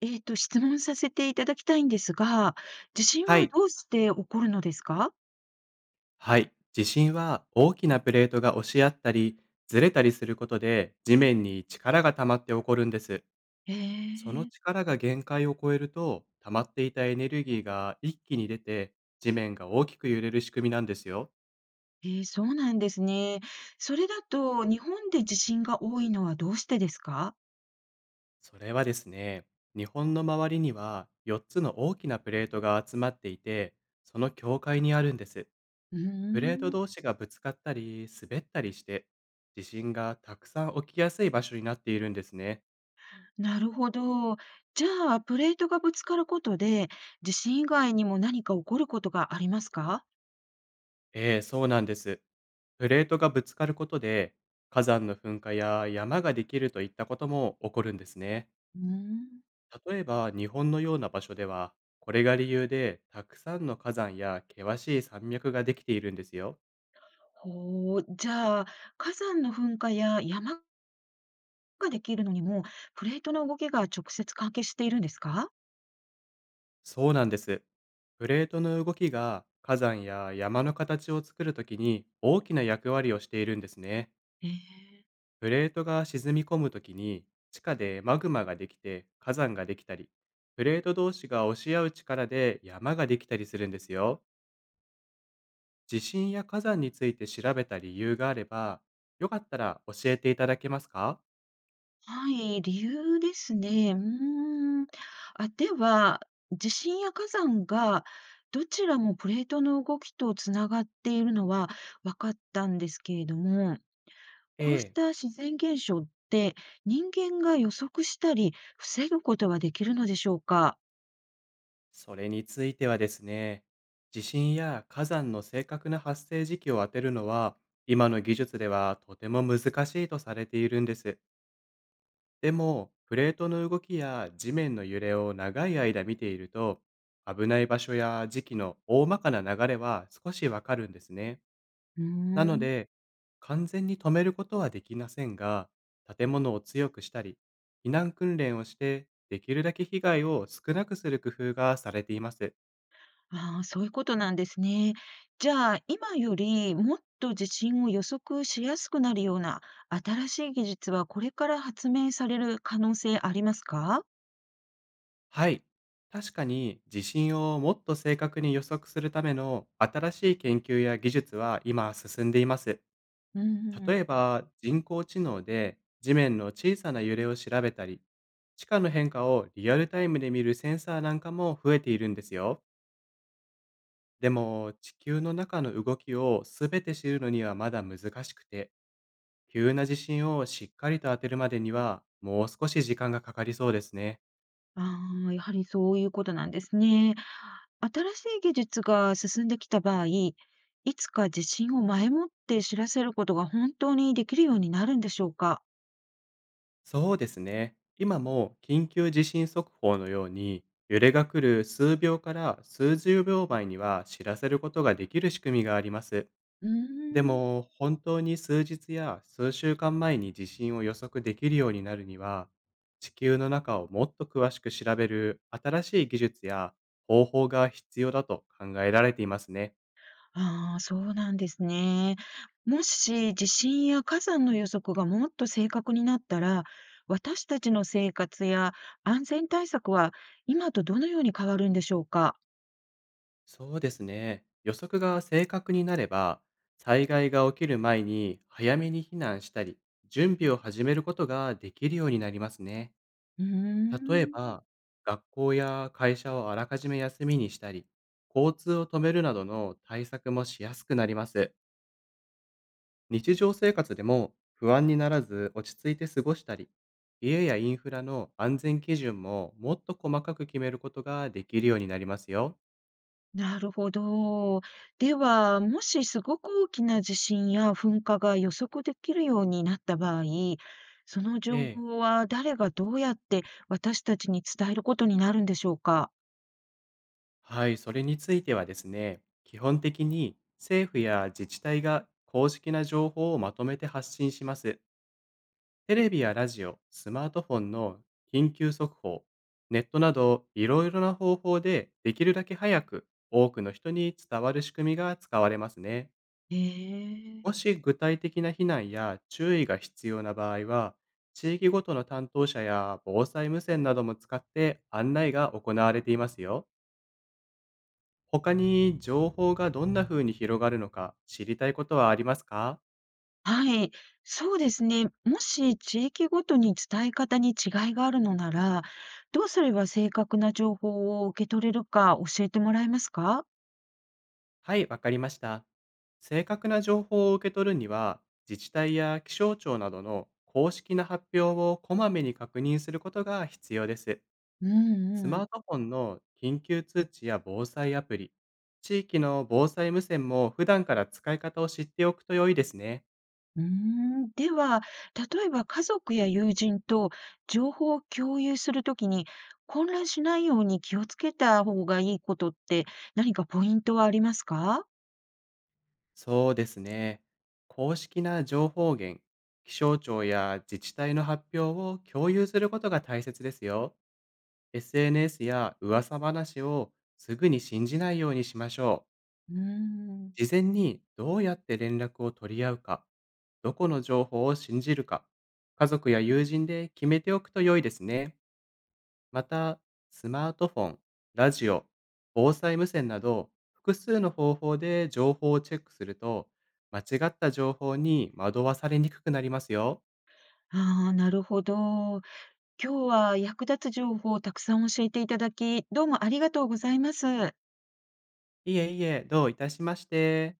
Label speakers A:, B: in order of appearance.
A: 質問させていただきたいんですが、地震
B: は
A: は
B: い。
A: どうして起こるのですか？
B: はい。地震は大きなプレートが押し合ったり、ずれたりすることで地面に力が溜まって起こるんです。
A: え
B: その
A: え。
B: 力が限界を超えると、溜まっていたエネルギーが一気に出て、地面が大きく揺れる仕組みなんですよ。
A: そうなんですね。それだと、日本で地震が多いのはどうしてですか？
B: それはですね、日本の周りには4つの大きなプレートが集まっていて、その境界にあるんです。
A: うー
B: プレート
A: ん、
B: 同士がぶつかったり、滑ったりして、地震がたくさん起きやすい場所になっているんですね。
A: なるほど。じゃあ、プレートがぶつかることで、地震以外にも何か起こることがありますか？
B: ええ、そうなんです。プレートがぶつかることで、火山の噴火や山ができるといったことも起こるんですね。
A: うーん。
B: 例えば、日本のような場所では、これが理由で、たくさんの火山や険しい山脈ができているんですよ。
A: ほう、じゃあ、火山の噴火や山ができるのにも、プレートの動きが直接関係しているんですか？
B: そうなんです。プレートの動きが火山や山の形を作るときに大きな役割をしているんですね。
A: ええ。
B: プレートが沈み込むときに地下でマグマができて火山ができたり、プレート同士が押し合う力で山ができたりするんですよ。地震や火山について調べた理由があれば、よかったら教えていただけますか？
A: はい、理由ですね。うーん。あ、では、地震や火山がどちらもプレートの動きとつながっているのは分かったんですけれども、
B: え
A: こうし
B: え、
A: た自然現象って人間が予測したり防ぐことはできるのでしょうか？
B: それについてはですね、地震や火山の正確な発生時期を当てるのは、今の技術ではとても難しいとされているんです。でも、プレートの動きや地面の揺れを長い間見ていると、危ない場所や時期の大まかな流れは少しわかるんですね。
A: うー
B: なの
A: ん。
B: で、完全に止めることはできませんが、建物を強くしたり、避難訓練をして、できるだけ被害を少なくする工夫がされています。
A: ああ、そういうことなんですね。じゃあ、今よりもっと地震を予測しやすくなるような新しい技術はこれから発明される可能性ありますか？
B: はい。確かに地震をもっと正確に予測するための新しい研究や技術は今進んでいます。
A: う
B: 例
A: ん、
B: えば人工知能で地面の小さな揺れを調べたり、地下の変化をリアルタイムで見るセンサーなんかも増えているんですよ。でも、地球の中の動きを全て知るのにはまだ難しくて、急な地震をしっかりと当てるまでにはもう少し時間がかかりそうですね。
A: ああ、やはりそういうことなんですね。新しい技術が進んできた場合、いつか地震を前もって知らせることが本当にできるようになるんでしょうか？
B: そうですね。今も緊急地震速報のように揺れが来る数秒から数十秒前には知らせることができる仕組みがあります。
A: うー
B: で
A: ん。
B: も、本当に数日や数週間前に地震を予測できるようになるには、地球の中をもっと詳しく調べる新しい技術や方法が必要だと考えられていますね。
A: ああ、そうなんですね。もし地震や火山の予測がもっと正確になったら、私たちの生活や安全対策は今とどのように変わるんでしょうか？
B: そうですね。予測が正確になれば、災害が起きる前に早めに避難したり、準備を始めることができるようになりますね。
A: うー
B: 例え
A: ん、
B: ば、学校や会社をあらかじめ休みにしたり、交通を止めるなどの対策もしやすくなります。日常生活でも不安にならず落ち着いて過ごしたり、家やインフラの安全基準ももっと細かく決めることができるようになりますよ。
A: なるほど。では、もしすごく大きな地震や噴火が予測できるようになった場合、その
B: え
A: 情
B: え。
A: 報は誰がどうやって私たちに伝えることになるんでしょうか？
B: はい、それについてはですね、基本的に政府や自治体が公式な情報をまとめて発信します。テレビやラジオ、スマートフォンの緊急速報、ネットなどいろいろな方法で、できるだけ早く多くの人に伝わる仕組みが使われますね。
A: へえ。
B: もし具体的な避難や注意が必要な場合は、地域ごとの担当者や防災無線なども使って案内が行われていますよ。他に、情報がどんな風に広がるのか知りたいことはありますか？
A: はい、そうですね。もし地域ごとに伝え方に違いがあるのなら、どうすれば正確な情報を受け取れるか教えてもらえますか？
B: はい、わかりました。正確な情報を受け取るには、自治体や気象庁などの公式な発表をこまめに確認することが必要です。
A: う
B: ス
A: ん。う
B: マー
A: ん。
B: トフォンの緊急通知や防災アプリ、地域の防災無線も、普段から使い方を知っておくと良いですね。
A: うーん、では、例えば家族や友人と情報を共有するときに混乱しないように気をつけた方がいいことって何かポイントはありますか？
B: そうですね。公式な情報源、気象庁や自治体の発表を共有することが大切ですよ。SNS や噂話をすぐに信じないようにしましょ
A: うーん。
B: う。事前に、どうやって連絡を取り合うか、どこの情報を信じるか、家族や友人で決めておくと良いですね。また、スマートフォン、ラジオ、防災無線など、複数の方法で情報をチェックすると、間違った情報に惑わされにくくなりますよ。
A: ああ、なるほど。今日は役立つ情報をたくさん教えていただき、どうもありがとうございます。
B: いえいえ、どういたしまして。